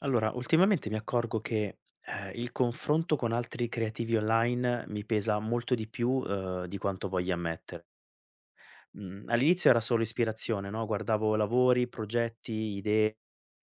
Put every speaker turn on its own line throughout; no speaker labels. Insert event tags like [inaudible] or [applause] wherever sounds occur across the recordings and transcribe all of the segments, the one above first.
Allora, ultimamente mi accorgo che, il confronto con altri creativi online mi pesa molto di più, di quanto voglia ammettere. Mhmm, all'inizio era solo ispirazione, no, guardavo lavori, progetti, idee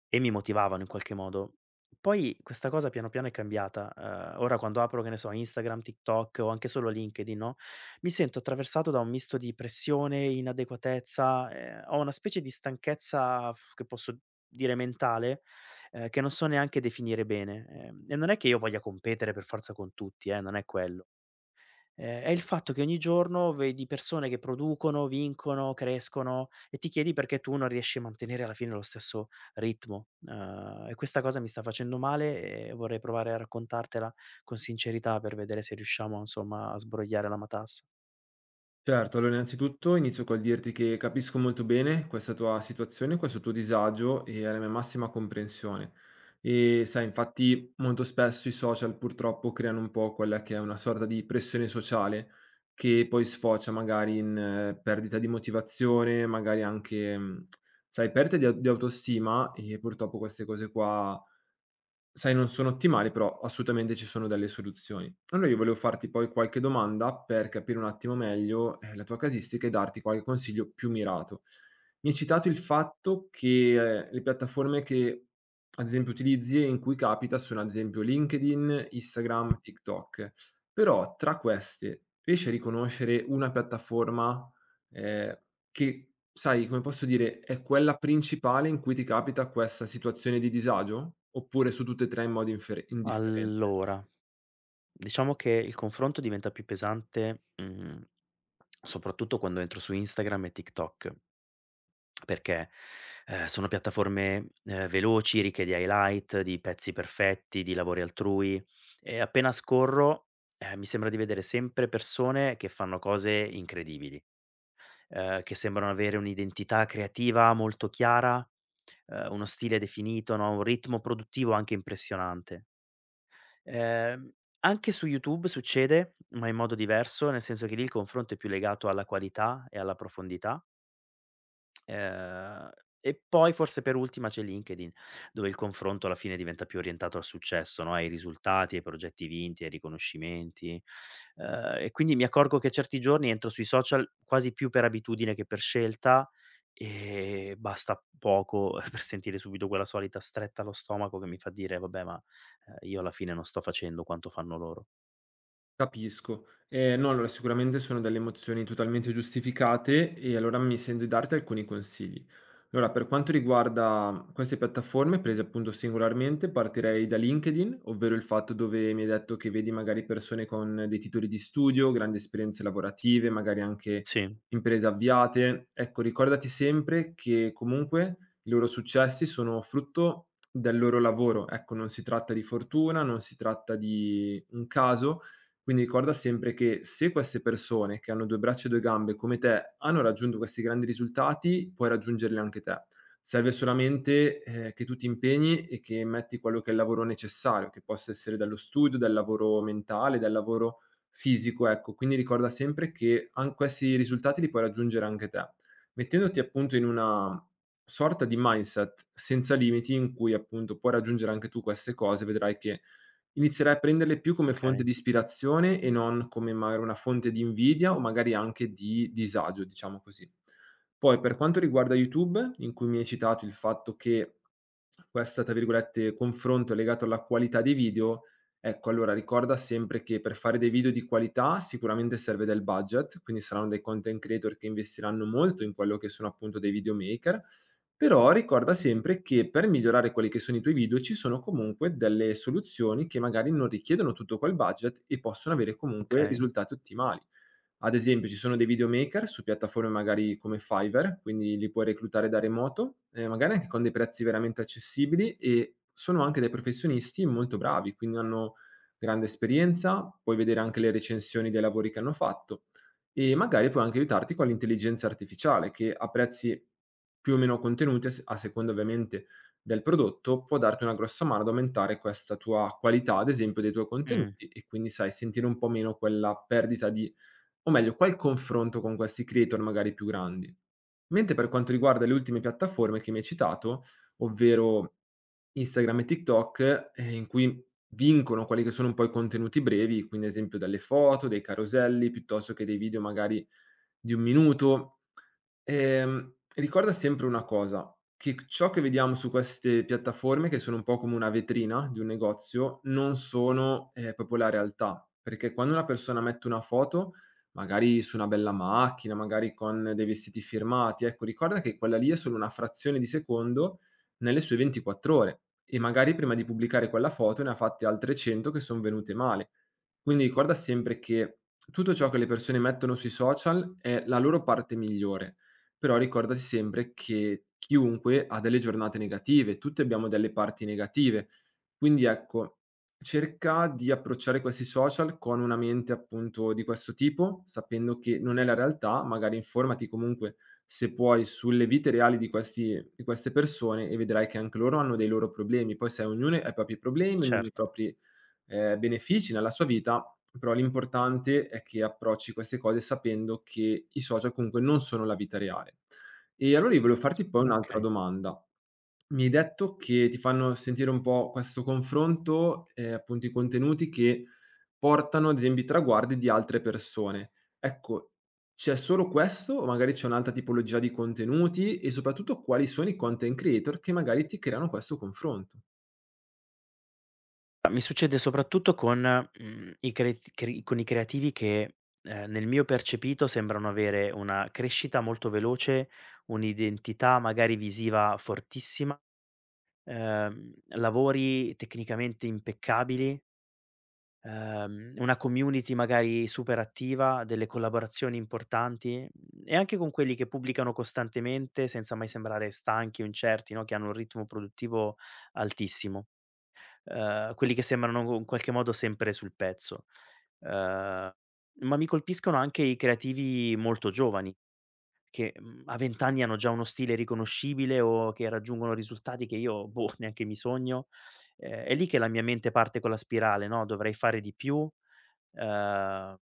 e mi motivavano in qualche modo. Poi questa cosa piano piano è cambiata. Ora quando apro, che ne so, Instagram, TikTok o anche solo LinkedIn, no, mi sento attraversato da un misto di pressione, inadeguatezza, ho una specie di stanchezza che posso dire mentale, che non so neanche definire bene. E non è che io voglia competere per forza con tutti, non è quello. È il fatto che ogni giorno vedi persone che producono, vincono, crescono e ti chiedi perché tu non riesci a mantenere alla fine lo stesso ritmo. E questa cosa mi sta facendo male e vorrei provare a raccontartela con sincerità per vedere se riusciamo, insomma, a sbrogliare la matassa.
Certo, allora innanzitutto inizio col dirti che capisco molto bene questa tua situazione, questo tuo disagio e alla mia massima comprensione. E sai, infatti molto spesso i social purtroppo creano un po' quella che è una sorta di pressione sociale che poi sfocia magari in perdita di motivazione, magari anche, sai, perdita di, di autostima e purtroppo queste cose qua. Sai, non sono ottimali, però assolutamente ci sono delle soluzioni. Allora io volevo farti poi qualche domanda per capire un attimo meglio, la tua casistica e darti qualche consiglio più mirato. Mi hai citato il fatto che, le piattaforme che ad esempio utilizzi e in cui capita sono ad esempio LinkedIn, Instagram, TikTok. Però tra queste riesci a riconoscere una piattaforma, ehm che, sai, come posso dire, è quella principale in cui ti capita questa situazione di disagio? Oppure su tutte e 3 in modo infere indifferente?
Allora, diciamo che il confronto diventa più pesante, mhmm, soprattutto quando entro su Instagram e TikTok. Perché, sono piattaforme, veloci, ricche di highlight, di pezzi perfetti, di lavori altrui e appena scorro, mi sembra di vedere sempre persone che fanno cose incredibili, che sembrano avere un'identità creativa molto chiara, uno stile definito, no, un ritmo produttivo anche impressionante. Ehm, Anche su YouTube succede, ma in modo diverso, nel senso che lì il confronto è più legato alla qualità e alla profondità. Ehm, e poi forse per ultima c'è LinkedIn, dove il confronto alla fine diventa più orientato al successo, no, ai risultati, ai progetti vinti, ai riconoscimenti. E quindi mi accorgo che certi giorni entro sui social quasi più per abitudine che per scelta, e basta poco [laughs] per sentire subito quella solita stretta allo stomaco che mi fa dire: "Vabbè, ma, io alla fine non sto facendo quanto fanno loro".
Capisco. No, allora sicuramente sono delle emozioni totalmente giustificate e allora mi sento di darti alcuni consigli. Allora, per quanto riguarda queste piattaforme prese appunto singolarmente, partirei da LinkedIn, ovvero il fatto dove mi hai detto che vedi magari persone con dei titoli di studio, grandi esperienze lavorative, magari anche
Sì,
imprese avviate. Ecco, ricordati sempre che comunque i loro successi sono frutto del loro lavoro. Ecco, non si tratta di fortuna, non si tratta di un caso, quindi ricorda sempre che se queste persone che hanno 2 braccia e 2 gambe come te hanno raggiunto questi grandi risultati, puoi raggiungerli anche te. Serve solamente, che tu ti impegni e che metti quello che è il lavoro necessario, che possa essere dallo studio, dal lavoro mentale, dal lavoro fisico, ecco. Quindi ricorda sempre che an questi risultati li puoi raggiungere anche te, mettendoti appunto in una sorta di mindset senza limiti in cui appunto puoi raggiungere anche tu queste cose, vedrai che inizierai a prenderle più come fonte
okay,
di ispirazione e non come magari una fonte di invidia o magari anche di disagio, diciamo così. Poi per quanto riguarda YouTube, in cui mi hai citato il fatto che questa, tra virgolette, confronto è legato alla qualità dei video, ecco allora ricorda sempre che per fare dei video di qualità sicuramente serve del budget, quindi saranno dei content creator che investiranno molto in quello che sono appunto dei videomaker, però ricorda sempre che per migliorare quelli che sono i tuoi video ci sono comunque delle soluzioni che magari non richiedono tutto quel budget e possono avere comunque
okay.
risultati ottimali. Ad esempio ci sono dei videomaker su piattaforme magari come Fiverr, quindi li puoi reclutare da remoto, magari anche con dei prezzi veramente accessibili e sono anche dei professionisti molto bravi, quindi hanno grande esperienza, puoi vedere anche le recensioni dei lavori che hanno fatto e magari puoi anche aiutarti con l'intelligenza artificiale che a prezzi più o meno contenuti, a seconda ovviamente del prodotto, può darti una grossa mano ad aumentare questa tua qualità, ad esempio, dei tuoi
Mh,
contenuti e quindi, sai, sentire un po' meno quella perdita di, o meglio, qua il confronto con questi creator magari più grandi. Mentre per quanto riguarda le ultime piattaforme che mi hai citato, ovvero Instagram e TikTok, in cui vincono quelli che sono un po' i contenuti brevi, quindi ad esempio delle foto, dei caroselli, piuttosto che dei video magari di 1 minuto, ricorda sempre una cosa, che c ciò che vediamo su queste piattaforme, che sono un po' come una vetrina di un negozio, non sono, proprio la realtà, perché quando una persona mette una foto, magari su una bella macchina, magari con dei vestiti firmati, ecco, ricorda che quella lì è solo una frazione di secondo nelle sue 24 ore e magari prima di pubblicare quella foto ne ha fatte altre 100 che son venute male. Quindi ricorda sempre che tutto ciò che le persone mettono sui social è la loro parte migliore, però ricordati sempre che chiunque ha delle giornate negative, tutti abbiamo delle parti negative. Quindi ecco, cerca di approcciare questi social con una mente appunto di questo tipo, sapendo che non è la realtà, magari informati comunque se puoi sulle vite reali di questi di queste persone e vedrai che anche loro hanno dei loro problemi. Poi sai ognuno ha i propri problemi, ognuno ha i
certo,
propri, benefici nella sua vita, però l'importante è che approcci queste cose sapendo che i social comunque non sono la vita reale. E allora io volevo farti poi un'altra
okay.
domanda. Mi hai detto che ti fanno sentire un po' questo confronto, appunto i contenuti che portano ad esempio i traguardi di altre persone. Ecco, c'è solo questo o magari c'è un'altra tipologia di contenuti e soprattutto quali sono i content creator che magari ti creano questo confronto?
Mi succede soprattutto con, mhmm, i cret cre con i creativi che, nel mio percepito sembrano avere una crescita molto veloce, un'identità magari visiva fortissima, lavori tecnicamente impeccabili, una community magari super attiva, delle collaborazioni importanti, mhmm, e anche con quelli che pubblicano costantemente senza mai sembrare stanchi o incerti, no, che hanno un ritmo produttivo altissimo. Quelli che sembrano in qualche modo sempre sul pezzo. Ehm, ma mi colpiscono anche i creativi molto giovani, che, mhmm, a 20 anni hanno già uno stile riconoscibile o che raggiungono risultati che io, boh, [laughs] neanche mi sogno. È lì che la mia mente parte con la spirale, no: "Dovrei fare di più, ehm,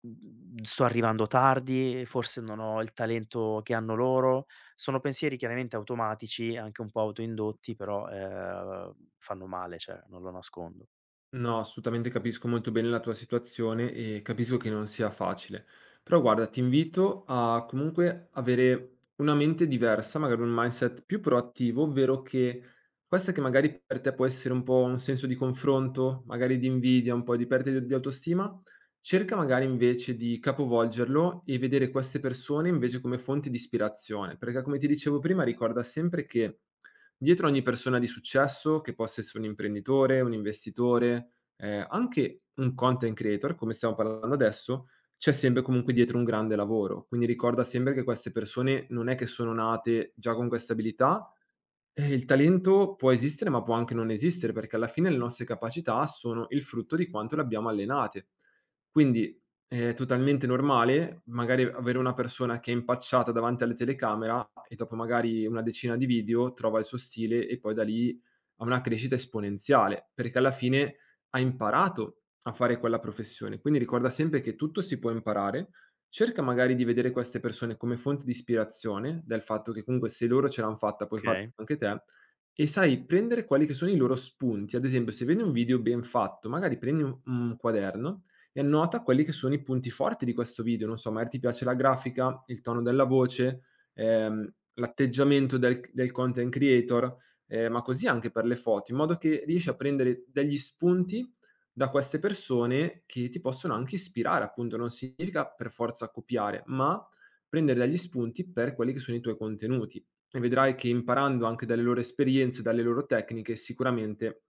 mhmm, sto arrivando tardi, forse non ho il talento che hanno loro". Sono pensieri chiaramente automatici, anche un po' autoindotti, però, fanno male, cioè, non lo nascondo.
No, assolutamente capisco molto bene la tua situazione e capisco che non sia facile. Però guarda, ti invito a comunque avere una mente diversa, magari un mindset più proattivo, ovvero che questa che magari per te può essere un po' un senso di confronto, magari di invidia, un po' di perdita di autostima, cerca magari invece di capovolgerlo e vedere queste persone invece come fonte di ispirazione, perché come ti dicevo prima, ricorda sempre che dietro ogni persona di successo, che possa essere un imprenditore, un investitore, anche un content creator, come stiamo parlando adesso, c'è sempre comunque dietro un grande lavoro. Quindi ricorda sempre che queste persone non è che sono nate già con queste abilità, il talento può esistere, ma può anche non esistere, perché alla fine le nostre capacità sono il frutto di quanto le abbiamo allenate. Quindi è totalmente normale magari avere una persona che è impacciata davanti alle telecamera e dopo magari una decina di video trova il suo stile e poi da lì ha una crescita esponenziale, perché alla fine ha imparato a fare quella professione. Quindi ricorda sempre che tutto si può imparare. Cerca magari di vedere queste persone come fonte di ispirazione, del fatto che comunque se loro ce l'han fatta puoi farla
Okay,
anche te, e sai prendere quelli che sono i loro spunti. Ad esempio, se vedi un video ben fatto, magari prendi un quaderno e annota quelli che sono i punti forti di questo video. Non so, magari ti piace la grafica, il tono della voce, l'atteggiamento del content creator, ma così anche per le foto, in modo che riesci a prendere degli spunti da queste persone che ti possono anche ispirare, appunto, non significa per forza copiare, ma prendere degli spunti per quelli che sono i tuoi contenuti e vedrai che imparando anche dalle loro esperienze, dalle loro tecniche, sicuramente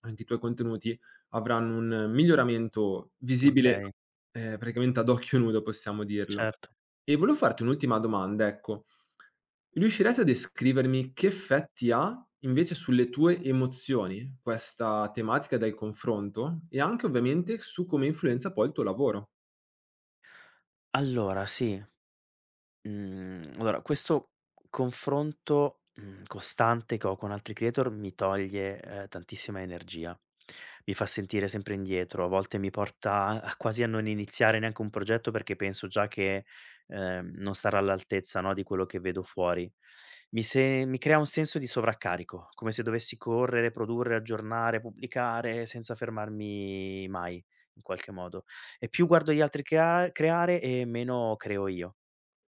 anche i tuoi contenuti avranno un miglioramento visibile,
okay,
praticamente ad occhio nudo, possiamo dirlo.
certo.
E volevo farti un'ultima domanda, ecco. Riusciresti a descrivermi che effetti ha, invece, sulle tue emozioni questa tematica del confronto? E anche, ovviamente, su come influenza poi il tuo lavoro?
Allora sì. Mhmm, allora questo confronto, mhmm, costante che ho con altri creator mi toglie, tantissima energia. Mi fa sentire sempre indietro, a volte mi porta a quasi a non iniziare neanche un progetto perché penso già che, non sarà all'altezza, no, di quello che vedo fuori. Mi se mi crea un senso di sovraccarico, come se dovessi correre, produrre, aggiornare, pubblicare senza fermarmi mai in qualche modo. E più guardo gli altri creare e meno creo io.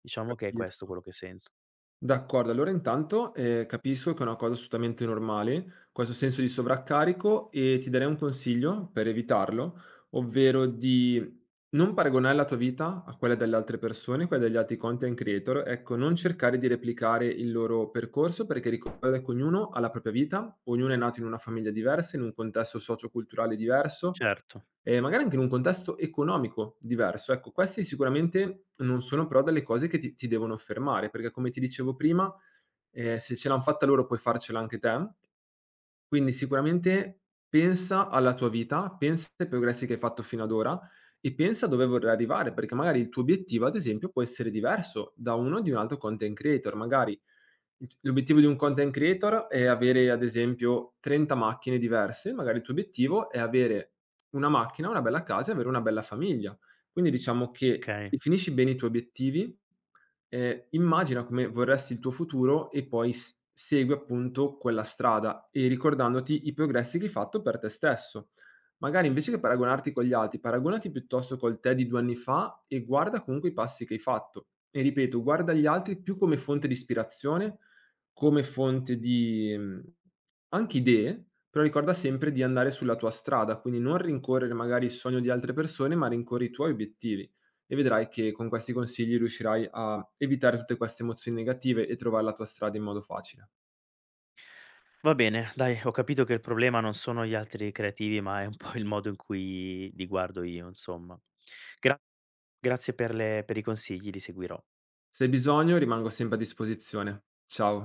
Diciamo che è questo
Capisco.
quello che sento.
D'accordo, allora intanto, capisco che è una cosa assolutamente normale, questo senso di sovraccarico e ti darei un consiglio per evitarlo, ovvero di non paragonare la tua vita a quella delle altre persone, quella degli altri content creator. Ecco, non cercare di replicare il loro percorso perché ricorda che ognuno ha la propria vita, ognuno è nato in una famiglia diversa, in un contesto socio-culturale diverso.
Certo,
Magari anche in un contesto economico diverso. Ecco, questi sicuramente non sono però delle cose che ti devono fermare, perché come ti dicevo prima, se ce l'han fatta loro puoi farcela anche te, quindi sicuramente pensa alla tua vita, pensa ai progressi che hai fatto fino ad ora e pensa dove vorrai arrivare, perché magari il tuo obiettivo, ad esempio, può essere diverso da uno di un altro content creator. Magari l'obiettivo di un content creator è avere, ad esempio, 30 macchine diverse, magari il tuo obiettivo è avere una macchina, una bella casa e avere una bella famiglia. Quindi diciamo che
okay.
definisci bene i tuoi obiettivi. Immagina come vorresti il tuo futuro e poi s segui appunto quella strada e ricordandoti i progressi che hai fatto per te stesso. Magari invece che paragonarti con gli altri, paragonati piuttosto col te di 2 anni fa e guarda comunque i passi che hai fatto. E ripeto, guarda gli altri più come fonte di ispirazione, come fonte di, anche idee, però ricorda sempre di andare sulla tua strada, quindi non rincorrere magari il sogno di altre persone, ma rincorri i tuoi obiettivi e vedrai che con questi consigli riuscirai a evitare tutte queste emozioni negative e trovare la tua strada in modo facile.
Va bene, dai, ho capito che il problema non sono gli altri creativi, ma è un po' il modo in cui li guardo io, insomma. Gra grazie per i consigli, li seguirò.
Se hai bisogno rimango sempre a disposizione. Ciao.